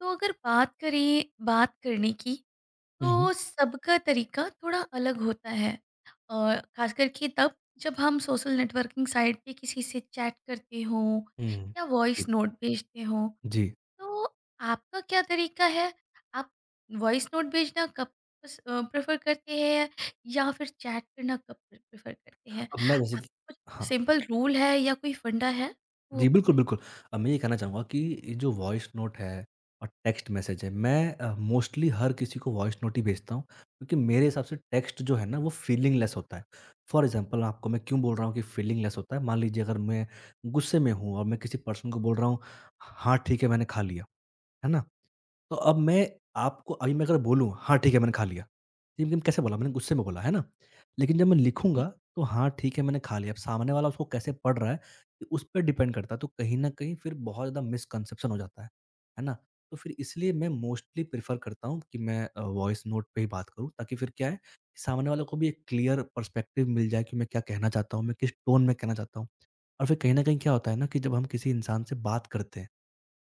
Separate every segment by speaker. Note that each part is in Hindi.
Speaker 1: तो अगर बात करने की
Speaker 2: हुँ, हुँ।
Speaker 1: तो सबका तरीका थोड़ा अलग होता है और खास करके तब जब हम सोशल नेटवर्किंग साइट पे किसी से चैट करते हो
Speaker 2: हुँ।
Speaker 1: या
Speaker 2: जी,
Speaker 1: वॉइस नोट भेजते हो।
Speaker 2: जी।
Speaker 1: तो आपका क्या तरीका है? आप वॉइस नोट भेजना कब प्रेफर करते हैं या फिर चैट करना कब प्रेफर करते हैं?
Speaker 2: अब मैं जैसे कि
Speaker 1: आपका कुछ
Speaker 2: हाँ,
Speaker 1: सिंपल रूल है या कोई फंडा है, वो
Speaker 2: जी, बिल्कुल,
Speaker 1: बताएं।
Speaker 2: बिल्कुल। अब मैं ये कहना चाहूँगा कि ये जो वॉइस नोट है और टेक्स्ट मैसेज है, मैं मोस्टली हर किसी को वॉइस नोट ही भेजता हूँ, क्योंकि मेरे हिसाब से टेक्स्ट जो है ना, वो फीलिंग लेस होता है। फ़ॉर एग्ज़ाम्पल आपको मैं क्यों बोल रहा हूँ कि फीलिंग लेस होता है, मान लीजिए अगर मैं गुस्से में हूँ और मैं किसी पर्सन को बोल रहा हूँ, "हाँ, ठीक है, मैंने खा लिया।" है ना? तो अब मैं आपको अभी मैं अगर बोलूँ, "हाँ, ठीक है, मैंने खा लिया।" लेकिन कैसे बोला? मैंने गुस्से में बोला, है ना? लेकिन जब मैं
Speaker 1: जी,
Speaker 2: लिखूँगा तो "हाँ, ठीक है, मैंने खा लिया।" अब सामने वाला उसको कैसे पढ़ रहा है, ये उस पे डिपेंड करता है। तो कहीं न कहीं फिर बहुत ज़्यादा मिसकंसेप्शन हो जाता है ना? तो फिर इसलिए मैं मोस्टली प्रेफ़र करता हूँ कि मैं वॉइस नोट पे ही बात करूँ ताकि फिर क्या है, कि सामने वाले को भी एक क्लियर पर्सपेक्टिव मिल जाए कि मैं क्या कहना चाहता हूँ, मैं किस टोन में कहना चाहता हूँ। और फिर कहीं न कहीं क्या होता है ना कि जब हम किसी इंसान से बात करते हैं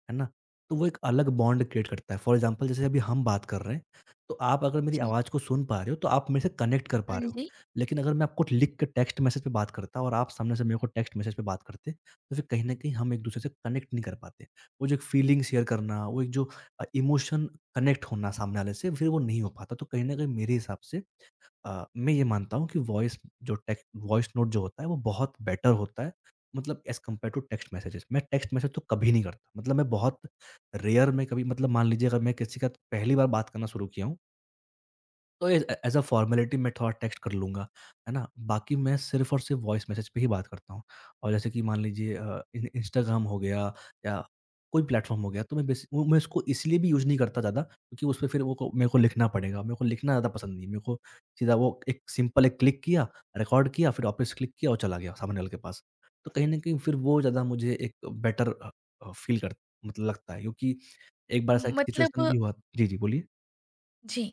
Speaker 2: है ना? तो वो एक अलग बॉन्ड क्रिएट करता है। फॉर एग्ज़ाम्पल जैसे अभी हम बात कर रहे हैं, तो आप अगर मेरी
Speaker 1: जी।
Speaker 2: आवाज़ को सुन पा रहे हो, तो आप मेरे से कनेक्ट कर
Speaker 1: हाँ
Speaker 2: पा रहे हो।
Speaker 1: जी।
Speaker 2: लेकिन अगर मैं आपको लिख के टेक्स्ट मैसेज पे बात करता और आप सामने से मेरे को टेक्स्ट मैसेज पे बात करते, तो फिर कहीं न कहीं हम एक-दूसरे से कनेक्ट नहीं कर पाते। वो जो एक फीलिंग शेयर करना, वो एक जो इमोशन कनेक्ट होना सामने वाले से, फिर वो नहीं हो पाता। तो कहीं न कहीं मेरे हिसाब से मैं ये मानता हूँ कि जो टेक वॉइस नोट जो होता है, वो बहुत बेटर होता है, मतलब as compare to text messages. मैं टेक्स्ट मैसेज तो कभी नहीं करता, मतलब मैं बहुत रेयर में कभी मतलब मान लीजिए अगर मैं किसी के साथ पहली बार बात करना शुरू किया हूँ, तो एज एज अ फॉर्मेलिटी मैं थोड़ा टेक्स्ट कर लूँगा, है ना? बाकी मैं सिर्फ़ और सिर्फ़ वॉइस मैसेज पे ही बात करता हूँ और जैसे कि मान लीजिए इन इंस्टाग्राम हो गया या कोई प्लेटफ़ॉर्म हो गया तो मैं बेस वो मैं इसको इसलिए भी यूज़ नहीं करता ज़्यादा क्योंकि उसपे फिर वो को मेरे को लिखना पड़ेगा। मेरे को लिखना ज़्यादा पसंद नहीं है। मेरे को सीधा वो एक सिंपल एक क्लिक किया, रिकॉर्ड किया, फिर वापस क्लिक किया और चला गया सामने वाले के पास। तो कहीं न कहीं फिर वो ज़्यादा मुझे एक बेटर फ़ील कर मतलब लगता है क्योंकि एक बार ऐसा
Speaker 1: म-
Speaker 2: एक
Speaker 1: मतलब
Speaker 2: सिचुएशन भी हुआ जी, जी, बोलिए?
Speaker 1: जी,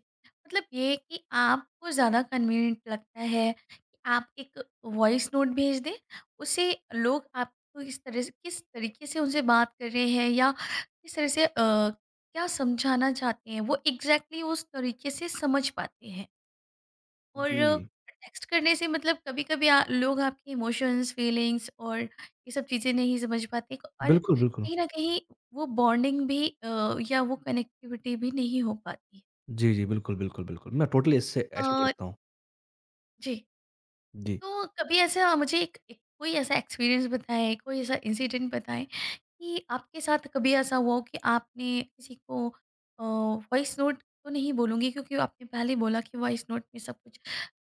Speaker 1: मतलब ये कि आपको ज़्यादा कन्वीनिएंट लगता है कि आप एक वॉइस नोट भेज दें? उससे लोग आपको इस तरह से, किस तरीके से उनसे बात कर रहे हैं या किस तरह से क्या समझाना चाहते हैं, वो एग्जैक्टली exactly उस तरीके से समझ पाते हैं। और
Speaker 2: जी।
Speaker 1: टेक्स्ट करने से मतलब कभी कभी लोग आपके इमोशंस, फीलिंग्स और ये सब चीज़ें नहीं समझ पाते और
Speaker 2: बिल्कुल, बिल्कुल।
Speaker 1: कहीं ना कहीं वो बॉन्डिंग भी या वो कनेक्टिविटी भी नहीं हो पाती।
Speaker 2: जी, जी। बिल्कुल, बिल्कुल, बिल्कुल। मैं टोटली इससे एग्री
Speaker 1: अ,
Speaker 2: करता हूँ।
Speaker 1: जी।
Speaker 2: जी।
Speaker 1: तो कभी ऐसा मुझे एक कोई ऐसा एक्सपीरियंस बताएं, कोई ऐसा इंसिडेंट बताएं, कि आपके साथ कभी ऐसा हुआ हो कि आपने किसी को वॉइस नोट तो नहीं बोलूँगी क्योंकि आपने पहले बोला कि वॉइस नोट में सब कुछ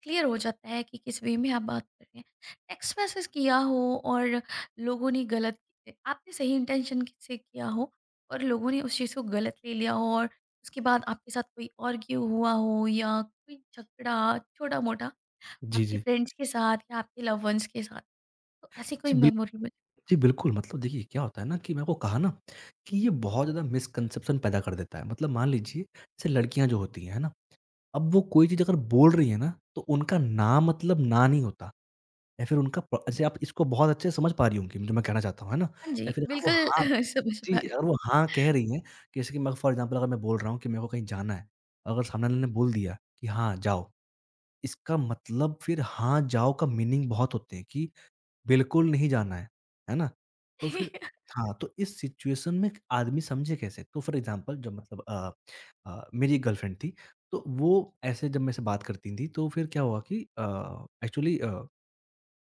Speaker 1: क्लियर हो जाता है कि किस वे में आप बात कर रहे हैं। टेक्स्ट मैसेज किया हो और लोगों ने गलत आपने सही इंटेंशन से किया हो और लोगों ने उस चीज़ को गलत ले लिया हो और उसके बाद आपके साथ कोई आर्ग्यू हुआ हो या कोई झगड़ा छोटा मोटा
Speaker 2: जी,
Speaker 1: आपके
Speaker 2: जी।
Speaker 1: फ्रेंड्स के साथ या आपके लव वंस के साथ, तो ऐसी कोई
Speaker 2: जी, बिल
Speaker 1: मेमोरी मुझे।
Speaker 2: जी, बिल्कुल मतलब देखिए क्या होता है ना कि मैं आपको कहा ना कि ये बहुत ज़्यादा मिसकंसेप्शन पैदा कर देता है। मतलब मान लीजिए जैसे लड़कियाँ जो होती हैं, है ना? अब वो कोई चीज़ अगर बोल रही है ना तो उनका ना मतलब ना नहीं होता या फिर उनका प जैसे आप इसको बहुत अच्छे से समझ पा रही होंगी जो मैं कहना चाहता हूँ, है ना?
Speaker 1: हाँ जी,
Speaker 2: या फिर वो
Speaker 1: बिल्कुल
Speaker 2: हाँ
Speaker 1: समझ
Speaker 2: जी,
Speaker 1: पा रही।
Speaker 2: अगर वो हाँ कह रही हैं जैसे कि मैं फॉर एग्ज़ाम्पल अगर मैं बोल रहा हूँ कि मेरे को कहीं जाना है, अगर सामने वाले ने बोल दिया कि हाँ, जाओ। इसका मतलब फिर हाँ, जाओ का मीनिंग बहुत होते हैं कि बिल्कुल नहीं जाना है ना? तो फिर हाँ, तो इस सिचुएशन में आदमी समझे कैसे? तो फॉर एग्ज़ाम्पल जब मतलब मेरी एक गर्लफ्रेंड थी, तो वो ऐसे जब मेरे से बात करती थी, तो फिर क्या हुआ कि एक्चुअली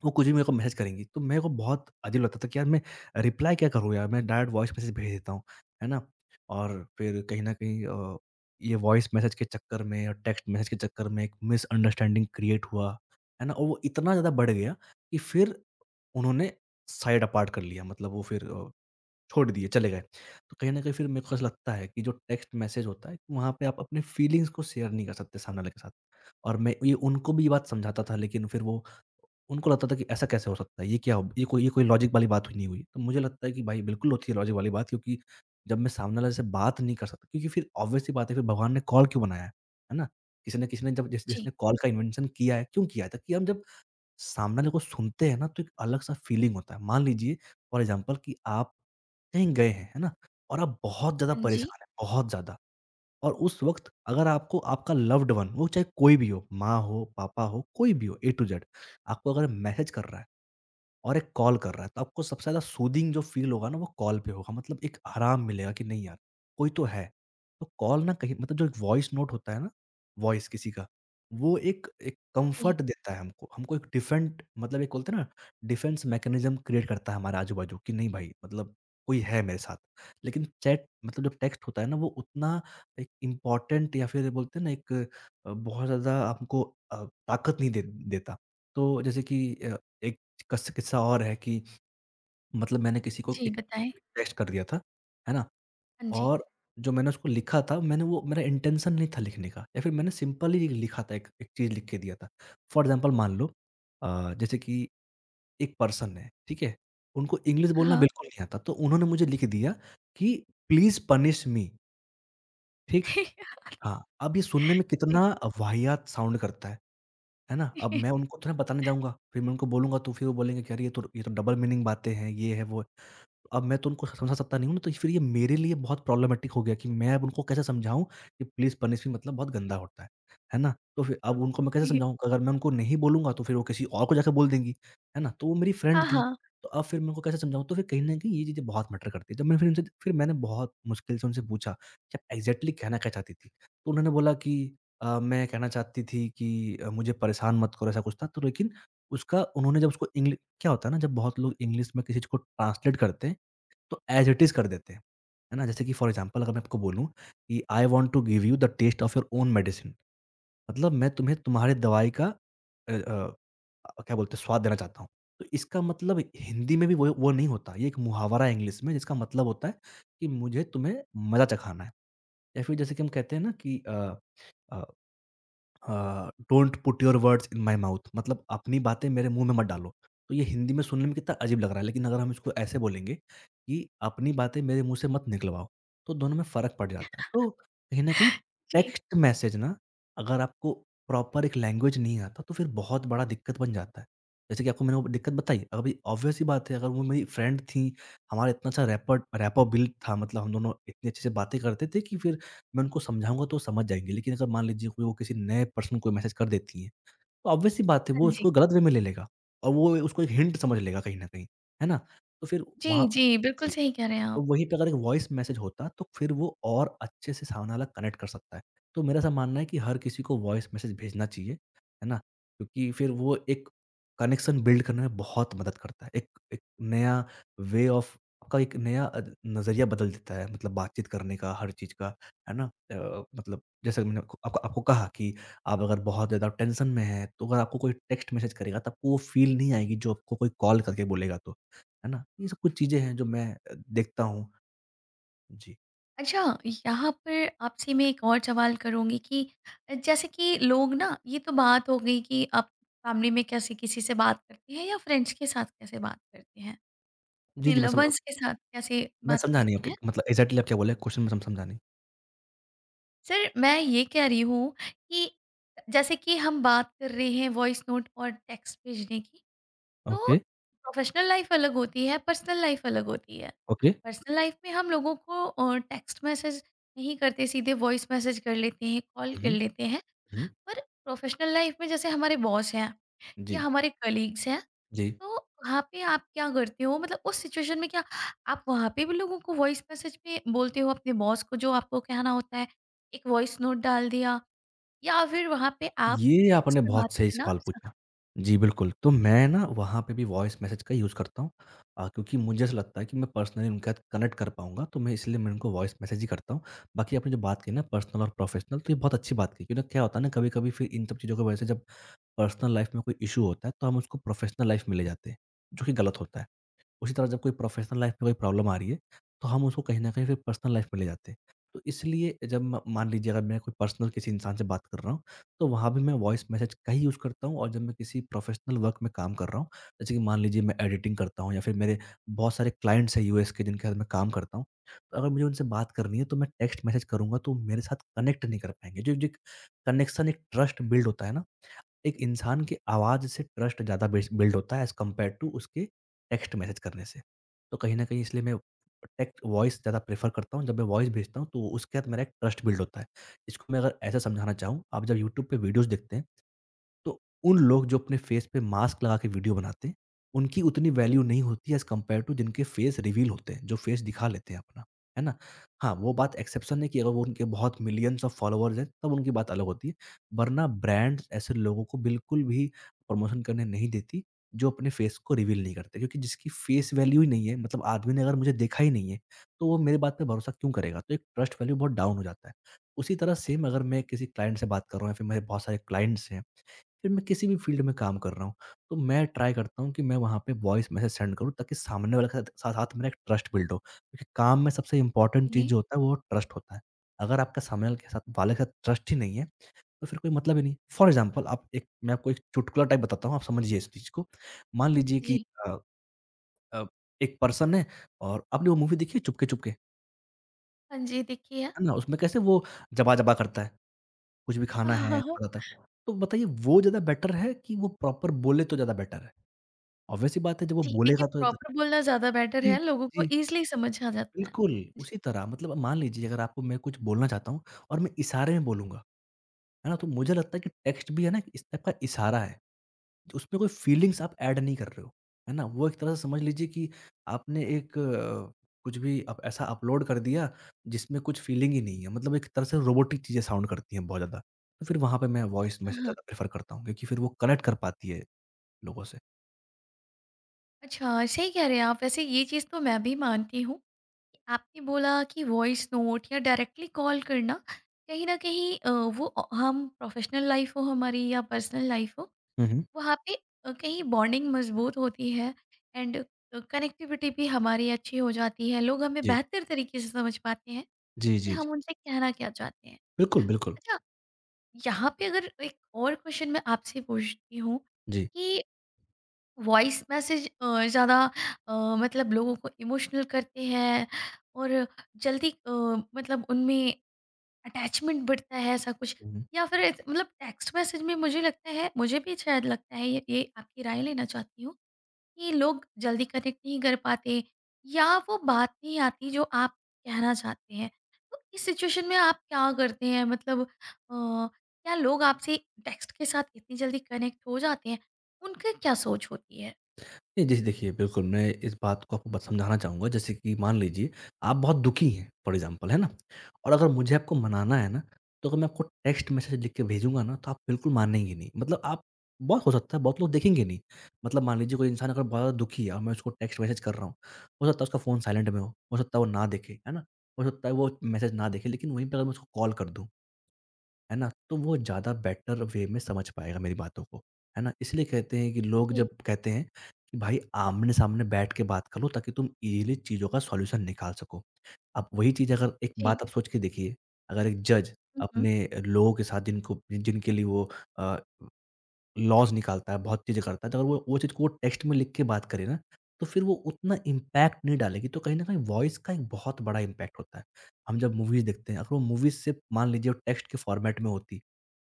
Speaker 2: वो कुछ भी मेरे को मैसेज करेंगी, तो मेरे को बहुत अजीब लगता था कि यार मैं रिप्लाई क्या करूँ यार? मैं डायरेक्ट वॉइस मैसेज भेज देता हूँ, है ना? और फिर कहीं न कहीं ये वॉइस मैसेज के चक्कर में और टेक्स्ट मैसेज के चक्कर में एक मिसअंडरस्टैंडिंग क्रिएट हुआ, है ना? और वो इतना ज़्यादा बढ़ गया कि फिर उन्होंने साइड अपार्ट कर लिया मतलब वो फिर छोड़ दिए, चले गए। तो कहीं न कहीं फिर मेरे को ऐसा लगता है कि जो टेक्स्ट मैसेज होता है, वहाँ पे आप अपने फीलिंग्स को शेयर नहीं कर सकते सामने वाले के साथ। और मैं ये उनको भी ये बात समझाता था लेकिन फिर वो उनको लगता था कि ऐसा कैसे हो सकता है? ये क्या हो ये कोई लॉजिक वाली बात हुई नहीं हुई। तो मुझे लगता है कि भाई बिल्कुल होती है लॉजिक वाली बात क्योंकि जब मैं सामने वाले से बात नहीं कर सकता क्योंकि फिर ऑब्वियस सी बात है फिर भगवान ने कॉल क्यों बनाया है? है ना? किसी ने जब जिस
Speaker 1: जी,
Speaker 2: जिसने कॉल का इन्वेंशन किया है, क्यों किया है? ताकि हम जब सामने वाले को सुनते हैं ना तो एक अलग-सा फीलिंग होता है। मान लीजिए फॉर एग्ज़ाम्पल कि आप कहीं गए हैं, है ना? और आप बहुत ज़्यादा
Speaker 1: हाँ जी,
Speaker 2: परेशान हैं, बहुत ज़्यादा और उस वक़्त अगर आपको आपका लव्ड वन वो चाहे कोई भी हो, माँ हो, पापा हो, कोई भी हो ए टू ज़ेड आपको अगर मैसेज कर रहा है और एक कॉल कर रहा है, तो आपको सबसे ज़्यादा सूदिंग जो फ़ील होगा ना वो कॉल पे होगा। मतलब एक आराम मिलेगा कि नहीं यार, कोई तो है। तो कॉल ना कहीं मतलब जो एक वॉइस नोट होता है ना, वॉइस किसी का, वो एक एक
Speaker 1: जी,
Speaker 2: कम्फ़र्ट देता है हमको। हमको एक डिफेंट मतलब एक बोलते हैं ना डिफेंस मैकेनिज़्म क्रिएट करता है हमारे आजू-बाजू कि नहीं भाई मतलब कोई है मेरे साथ। लेकिन चैट मतलब जो टेक्स्ट होता है ना वो उतना एक इम्पोर्टेंट या फिर बोलते हैं ना एक बहुत ज़्यादा हमको ताकत नहीं दे देता। तो जैसे कि एक कस किस्सा और है कि मतलब मैंने किसी को
Speaker 1: जी,
Speaker 2: एक
Speaker 1: बताएँ?
Speaker 2: टेक्स्ट कर दिया था, है ना?
Speaker 1: हाँ जी।
Speaker 2: और जो मैंने उसको लिखा था मैंने वो मेरा इंटेंशन नहीं था लिखने का या फिर मैंने सिंपल ही लिखा था एक एक चीज़ लिख के दिया था। फॉर एग्ज़ाम्पल मान लो जैसे कि एक पर्सन है, ठीक है? उनको इंग्लिश बोलना
Speaker 1: हाँ,
Speaker 2: बिल्कुल नहीं आता तो उन्होंने मुझे लिख दिया कि प्लीज़ पनिश मी, ठीक?
Speaker 1: हाँ।
Speaker 2: हाँ, अब ये सुनने में
Speaker 1: जी।
Speaker 2: कितना वाहियात साउंड करता है ना? अब मैं उनको थोड़ा बताने जाऊँगा, फिर मैं उनको बोलूँगा तो फिर वो बोलेंगे कि अरे! ये तो डबल मीनिंग बातें हैं, ये है, वो है। अब मैं तो उनको समझा सकता नहीं हूँ ना, तो फिर ये मेरे लिए बहुत प्रॉब्लमेटिक हो गया कि मैं अब उनको कैसे समझाऊँ कि प्लीज़ पनिशमेंट मतलब बहुत गंदा होता है। है ना? तो फिर अब उनको मैं कैसे
Speaker 1: ओके।
Speaker 2: समझाऊँ? अगर मैं उनको नहीं बोलूँगा तो फिर वो किसी और को जाके बोल देंगी। है ना? तो वो मेरी
Speaker 1: हाँ,
Speaker 2: फ्रेंड थी,
Speaker 1: हाँ,
Speaker 2: तो अब फिर मैं उनको कैसे समझाऊँ? तो फिर कहीं न कहीं ये चीज़ें बहुत मैटर करती है। जब मैंने फिर उनसे फिर मैंने बहुत मुश्किल से उनसे पूछा कि आप एग्ज़ैक्टली कहना क्या चाहती थी? तो उन्होंने बोला कि मैं कहना चाहती थी कि मुझे परेशान मत करो ऐसा कुछ था। तो लेकिन उसका उन्होंने जब उसको इंग्लि क्या होता है ना जब बहुत लोग इंग्लिश में किसी चीज़ को ट्रांसलेट करते हैं तो एज़ इट इज़ कर देते हैं, है ना? जैसे कि फॉर एग्ज़ाम्पल अगर मैं आपको बोलूँ कि I want to give you the test of your own medicine. मतलब मैं तुम्हें तुम्हारे दवाई का अ अ, क्या बोलते हैं, स्वाद देना चाहता हूँ। तो इसका मतलब हिंदी में भी वो नहीं होता। ये एक मुहावरा है इंग्लिश में जिसका मतलब होता है कि मुझे तुम्हें मज़ा चखाना है। या फिर जैसे कि हम कहते हैं ना कि uh don't put your words in my mouth. मतलब अपनी बातें मेरे मुंह में मत डालो। तो ये हिंदी में सुनने में कितना अजीब लग रहा है, लेकिन अगर हम इसको ऐसे बोलेंगे कि अपनी बातें मेरे मुँह से मत निकलवाओ, तो दोनों में फ़र्क पड़ जाता है। तो कहीं न कहीं
Speaker 1: जी,
Speaker 2: टेक्स्ट मैसेज ना, अगर आपको प्रॉपर एक लैंग्वेज नहीं आता, तो फिर बहुत बड़ा दिक्कत बन जाता है। जैसे कि आपको मैंने वो दिक्कत बताई, अब ये ऑब्वियस सी बात है, अगर वो मेरी फ्रेंड थी, हमारा इतना अच्छा रैपर रैपर बिल्ड था, मतलब हम दोनों इतनी अच्छे से बातें करते थे कि फिर मैं उनको समझाऊँगा तो वो समझ जाएँगे। लेकिन अगर मान लीजिए कोई वो किसी नए पर्सन को मैसेज कर देती हैं, तो ऑब्वियस सी बात है, वो
Speaker 1: हाँ जी।
Speaker 2: उसको गलत वे में ले लेगा और वो उसको एक हिंट समझ लेगा कहीं न कहीं, है ना? तो फिर
Speaker 1: जी,
Speaker 2: वहाँ।
Speaker 1: जी, बिल्कुल
Speaker 2: जी।
Speaker 1: सही कह रहे हैं
Speaker 2: तो
Speaker 1: आप।
Speaker 2: वहीं पे अगर एक वॉइस मैसेज होता, तो फिर वो और अच्छे से सामने वाला कनेक्ट कर सकता है। तो मेरा ऐसा मानना है कि हर किसी को वॉइस मैसेज भेजना चाहिए, है ना? क्योंकि फिर वो एक कनेक्शन बिल्ड करने में बहुत मदद करता है। एक एक नया वे ऑफ, आपका एक नया नज़रिया बदल देता है, मतलब बातचीत करने का, हर चीज़ का, है ना? मतलब जैसे मैंने आपको आपको आपको कहा कि आप अगर बहुत ज़्यादा टेंशन में हैं, तो अगर आपको कोई टेक्स्ट मैसेज करेगा, तो आपको वो फ़ील नहीं आएगी जो आपको कोई कॉल करके बोलेगा तो। है ना? ये सब कुछ चीज़ें हैं जो मैं देखता हूँ। जी।
Speaker 1: अच्छा, यहाँ पर आपसे मैं एक और सवाल करूँगी कि जैसे कि लोग ना, ये तो बात हो गई कि आप फैमिली में कैसे किसी से बात करते हैं या फ्रेंड्स के साथ कैसे बात करते हैं?
Speaker 2: जी,
Speaker 1: अपने
Speaker 2: जी,
Speaker 1: लव वंस के साथ कैसे
Speaker 2: मैं
Speaker 1: बात
Speaker 2: समझा नहीं
Speaker 1: करते
Speaker 2: आपके
Speaker 1: हैं?
Speaker 2: मतलब, एग्ज़ैक्टली आप क्या बोले क्वेश्चन में, सम समझा नहीं।
Speaker 1: सर, मैं ये कह रही हूँ कि जैसे कि हम बात कर रहे हैं वॉइस नोट और टेक्स्ट भेजने की, तो
Speaker 2: ओके,
Speaker 1: प्रोफ़ेशनल लाइफ़ अलग होती है, पर्सनल लाइफ़ अलग होती है।
Speaker 2: ओके।
Speaker 1: पर्सनल लाइफ़ में हम लोगों को टेक्स्ट मैसेज नहीं करते, सीधे वॉइस मैसेज कर लेते हैं, कॉल
Speaker 2: हुँ,
Speaker 1: कर लेते हैं।
Speaker 2: हुँ। हुँ।
Speaker 1: पर प्रोफ़ेशनल लाइफ़ में जैसे हमारे बॉस हैं या
Speaker 2: जी,
Speaker 1: हमारे कलीग्स हैं,
Speaker 2: जी।
Speaker 1: तो वहाँ पे आप क्या करते हो? मतलब उस सिचुएशन में क्या आप वहाँ पे भी लोगों को वॉइस मैसेज में बोलते हो? अपने बॉस को जो आपको कहना होता है, एक वॉइस नोट डाल दिया? या फिर वहाँ पे आप
Speaker 2: ये
Speaker 1: टेक्स्ट
Speaker 2: आपने
Speaker 1: पे बात
Speaker 2: बहुत सही
Speaker 1: करना
Speaker 2: सवाल
Speaker 1: चाहेंगे?
Speaker 2: पूछा। जी, बिल्कुल। तो मैं ना वहाँ पे भी वॉइस मैसेज का यूज़ करता हूँ, क्योंकि मुझे ऐसा लगता है कि मैं पर्सनली उनके साथ कनेक्ट कर पाऊँगा, तो मैं, इसलिए मैं उनको वॉइस मैसेज ही करता हूँ। बाकी आपने जो बात कही ना, पर्सनल और प्रोफेशनल, तो ये बहुत अच्छी बात कही, क्योंकि क्या होता है ना, कभी-कभी फिर इन सब चीज़ों की वजह से जब पर्सनल लाइफ़ में कोई इश्यू होता है, तो हम उसको प्रोफेशनल लाइफ़ में ले जाते हैं, जो कि गलत होता है। उसी तरह जब कोई प्रोफेशनल लाइफ में कोई प्रॉब्लम आ रही है, तो हम उसको कहीं न कहीं फिर पर्सनल लाइफ में ले जाते हैं। तो इसलिए जब म मान लीजिए, अगर मैं कोई पर्सनल किसी इंसान से बात कर रहा हूँ, तो वहाँ भी मैं वॉइस मैसेज का ही यूज़ करता हूँ। और जब मैं किसी प्रोफेशनल वर्क में काम कर रहा हूँ, जैसे कि मान लीजिए मैं एडिटिंग करता हूँ, या फिर मेरे बहुत सारे क्लाइंट्स हैं यूएस के, जिनके साथ मैं काम करता हूँ। तो अगर मुझे उनसे बात करनी है तो मैं टेक्स्ट मैसेज करूँगा तो मेरे साथ कनेक्ट नहीं कर पाएँगे। जो जो एक कनेक्शन, एक ट्रस्ट बिल्ड होता है ना, एक इंसान की आवाज़ से ट्रस्ट ज़्यादा बिस बिल्ड होता है, एज़ कम्पेयर टू उसके टेक्स्ट मैसेज करने से। तो कहीं न कहीं इसलिए मैं टेक्स्ट, वॉइस ज़्यादा प्रेफ़र करता हूँ। जब मैं वॉइस भेजता हूँ, तो उसके साथ मेरा एक ट्रस्ट बिल्ड होता है। इसको मैं अगर ऐसा समझाना चाहूँ, आप जब यूट्यूब पे वीडियोज़ देखते हैं, तो उन लोग जो अपने फेस पे मास्क लगा के वीडियो बनाते हैं, उनकी उतनी वैल्यू नहीं होती एज़ कंपेयर टू जिनके फेस रिवील होते हैं, जो फेस दिखा लेते हैं अपना, है ना? हाँ, वो बात एक्सेप्शन है कि अगर वो उनके बहुत मिलियंस ऑफ फॉलोवर्स हैं, तब उनकी बात अलग होती है। वरना ब्रांड्स ऐसे लोगों को बिल्कुल भी प्रमोशन करने नहीं देती, जो अपने फेस को रिवील नहीं करते, क्योंकि जिसकी फेस वैल्यू ही नहीं है, मतलब आदमी ने अगर मुझे देखा ही नहीं है, तो वो मेरी बात पे भरोसा क्यों करेगा? तो एक ट्रस्ट वैल्यू बहुत डाउन हो जाता है। उसी तरह सेम, अगर मैं किसी क्लाइंट से बात कर रहा हूँ, या फिर मेरे बहुत सारे क्लाइंट्स हैं, फिर मैं किसी भी फ़ील्ड में काम कर रहा हूँ, तो मैं ट्राई करता हूँ कि मैं वहाँ पे वॉइस मैसेज सेंड करूँ, ताकि सामने वाले के साथ साथ साथ मेरा एक ट्रस्ट बिल्ड हो। क्योंकि काम में सबसे इम्पोर्टेंट चीज़ जो होता है, वो ट्रस्ट होता है। अगर आपका सामने वाले के साथ ट्रस्ट ही नहीं है, तो फिर कोई मतलब ही नहीं। फ़ॉर एग्ज़ाम्पल आप एक मैं आपको एक चुटकुला टाइप बताता हूँ, आप समझिए इस चीज़ को। मान लीजिए कि
Speaker 1: जी।
Speaker 2: अ अ, एक पर्सन है, और आपने वो मूवी देखी है, चुपके चुपके,
Speaker 1: हाँ जी, देखिए।
Speaker 2: है ना? उसमें कैसे वो जबा-जबा करता है, कुछ भी खाना है तो बताता है। तो बताइए, वो ज़्यादा बेटर है कि वो प्रॉपर बोले तो ज़्यादा बेटर है? ऑब्वियस सी बात है, जब वो
Speaker 1: जी, देखिए,
Speaker 2: बोलेगा तो द।
Speaker 1: प्रॉपर बोलना ज़्यादा बेटर
Speaker 2: जी,
Speaker 1: है, लोगों को
Speaker 2: जी,
Speaker 1: ईज़िली समझ आ जाता है।
Speaker 2: बिल्कुल।
Speaker 1: जी।
Speaker 2: उसी तरह मतलब, अब मान लीजिए अगर आपको मैं कुछ बोलना चाहता हूँ, और मैं इशारे में बोलूँगा, है ना? तो मुझे लगता है कि टेक्स्ट भी है ना, इस टाइप का इशारा है, उसमें कोई फीलिंग्स आप ऐड नहीं कर रहे हो, है ना? वो एक तरह से समझ लीजिए कि आपने एक कुछ भी अप ऐसा अपलोड कर दिया जिसमें कुछ फीलिंग ही नहीं है, मतलब एक तरह से रोबोटिक चीज़ें साउंड करती हैं बहुत ज़्यादा। तो फिर वहाँ पे मैं वॉइस मैसेज
Speaker 1: हाँ,
Speaker 2: ज़्यादा प्रेफ़र करता हूँ, क्योंकि फिर वो कनेक्ट कर पाती है लोगों से।
Speaker 1: अच्छा, सही कह रहे हैं आप। वैसे ये चीज़ तो मैं भी मानती हूँ कि आपने बोला कि वॉइस नोट या डायरेक्टली कॉल करना कहीं न कहीं, वो हम प्रोफ़ेशनल लाइफ़ हो हमारी या पर्सनल लाइफ़ हो,
Speaker 2: हुँ, हुँ।
Speaker 1: वहाँ पे कहीं बॉन्डिंग मजबूत होती है एंड कनेक्टिविटी भी हमारी अच्छी हो जाती है, लोग हमें
Speaker 2: जी।
Speaker 1: बेहतर तरीके से समझ पाते हैं
Speaker 2: जी,
Speaker 1: कि
Speaker 2: जी, जी।
Speaker 1: हम उनसे कहना क्या चाहते हैं।
Speaker 2: बिल्कुल, बिल्कुल।
Speaker 1: अच्छा, यहाँ पे अगर एक और क्वेश्चन मैं आपसे पूछती हूँ
Speaker 2: जी।
Speaker 1: कि वॉइस मैसेज ज़्यादा अ, मतलब लोगों को इमोशनल करते हैं और जल्दी मतलब उनमें अटैचमेंट बढ़ता है ऐसा कुछ,
Speaker 2: हुँ, हुँ।
Speaker 1: या फिर मतलब टेक्स्ट मैसेज में मुझे लगता है, मुझे भी शायद लगता है ये, आपकी राय लेना चाहती हूँ कि लोग जल्दी कनेक्ट नहीं कर पाते या वो बात नहीं आती जो आप कहना चाहते हैं। तो इस सिचुएशन में आप क्या करते हैं? मतलब क्या लोग आपसे टेक्स्ट के साथ इतनी जल्दी कनेक्ट हो जाते हैं? उनकी क्या सोच होती है?
Speaker 2: नहीं, जैसे देखिए, बिल्कुल मैं इस बात को आपको बत समझाना चाहूँगा। जैसे कि मान लीजिए आप बहुत दुखी हैं, फॉर एग्ज़ाम्पल, है ना? और अगर मुझे आपको मनाना है ना, तो अगर मैं आपको टेक्स्ट मैसेज लिख के भेजूँगा ना, तो आप बिल्कुल मानेंगे नहीं। मतलब आप बहुत हो सकता है बहुत लोग देखेंगे नहीं। मतलब मान लीजिए कोई इंसान अगर बहुत ज़्यादा दुखी है, और मैं उसको टेक्स्ट मैसेज कर रहा हूँ, हो सकता है उसका फ़ोन साइलेंट में हो सकता है वो ना देखे, है ना? हो सकता है वो मैसेज ना देखे, लेकिन वहीं पे अगर मैं उसको कॉल कर दूँ, है ना? तो वो ज़्यादा बेटर वे में समझ पाएगा मेरी बातों को, है ना? इसलिए कहते हैं कि लोग
Speaker 1: जी।
Speaker 2: जब कहते हैं कि भाई आमने-सामने बैठ के बात करो, ताकि तुम ईज़िली चीज़ों का सॉल्यूशन निकाल सको। अब वही चीज़, अगर एक
Speaker 1: जी।
Speaker 2: बात आप सोच के देखिए, अगर एक जज
Speaker 1: मम्म।
Speaker 2: अपने लोगों के साथ, जिनको जिनके लिए वो अ, लॉज़ निकालता है, बहुत चीज़ें करता है, तो अगर वो वो चीज़ को वो टेक्स्ट में लिख के बात करे ना, तो फिर वो उतना इम्पैक्ट नहीं डालेगी। तो कहीं न कहीं वॉइस का एक बहुत बड़ा इम्पैक्ट होता है। हम जब मूवीज़ देखते हैं, अगर वो मूवीज़ सिर्फ़ मान लीजिए वो टेक्स्ट के फॉर्मेट में होती,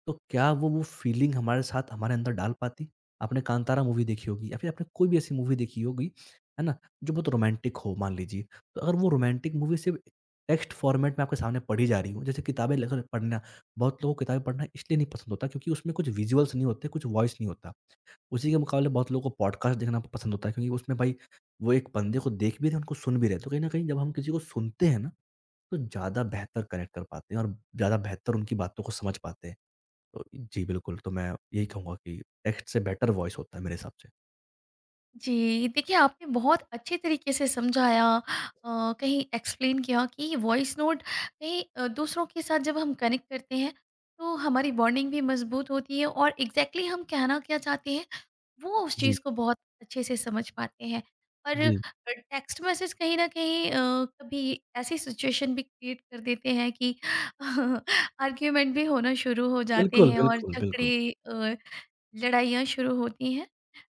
Speaker 2: तो क्या वो फीलिंग हमारे साथ, हमारे अंदर डाल पाती? आपने कांतारा मूवी देखी होगी, या फिर आपने कोई भी ऐसी मूवी देखी होगी, है ना? जो बहुत रोमांटिक हो मान लीजिए, तो अगर वो रोमांटिक मूवी सिर्फ़ टेक्स्ट फॉर्मेट में आपके सामने पढ़ी जा रही हो, जैसे किताबें लेकर पढ़ना, बहुत लोगों को किताबें पढ़ना इसलिए नहीं पसंद होता क्योंकि उसमें कुछ विज़ुअल्स नहीं होते, कुछ वॉइस नहीं होता। उसी के मुकाबले बहुत लोगों को पॉडकास्ट देखना पसंद होता है, क्योंकि उसमें भाई वो एक बंदे को देख भी रहे हैं, उनको सुन भी रहे हैं। तो कहीं न कहीं जब हम किसी को सुनते हैं ना, तो ज़्यादा बेहतर कनेक्ट कर पाते हैं, और ज़्यादा बेहतर उनकी बातों को समझ पाते हैं। तो जी, बिल्कुल, तो मैं यही कहूँगा कि टेक्स्ट से बेटर वॉइस होता है मेरे हिसाब से।
Speaker 1: जी, देखिए, आपने बहुत अच्छे तरीके से समझाया, कहीं एक्सप्लेन किया कि वॉइस नोट कहीं दूसरों के साथ जब हम कनेक्ट करते हैं तो हमारी बॉन्डिंग भी मजबूत होती है और एग्जैक्टली exactly हम कहना क्या चाहते हैं वो उस
Speaker 2: जी,
Speaker 1: चीज़ को बहुत अच्छे से समझ पाते हैं। और
Speaker 2: जी।
Speaker 1: टेक्स्ट मैसेज कहीं न कहीं कभी ऐसी सिचुएशन भी क्रिएट कर देते हैं कि आर्ग्यूमेंट भी होना शुरू हो जाते
Speaker 2: बिल्कुल,
Speaker 1: हैं और
Speaker 2: बिल्कुल, बिल्कुल।
Speaker 1: झगड़े, लड़ाइयाँ शुरू होती हैं।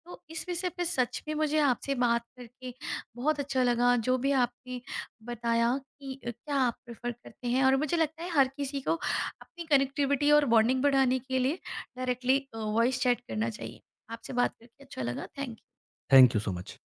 Speaker 1: तो इस विषय पे सच में मुझे आपसे बात करके बहुत अच्छा लगा। जो भी आपने बताया कि क्या आप प्रेफ़र करते हैं, और मुझे लगता है हर किसी को अपनी कनेक्टिविटी और बॉन्डिंग बढ़ाने के लिए डायरेक्टली वॉइस चैट करना चाहिए। आपसे बात करके अच्छा लगा। Thank you.
Speaker 2: Thank you so much.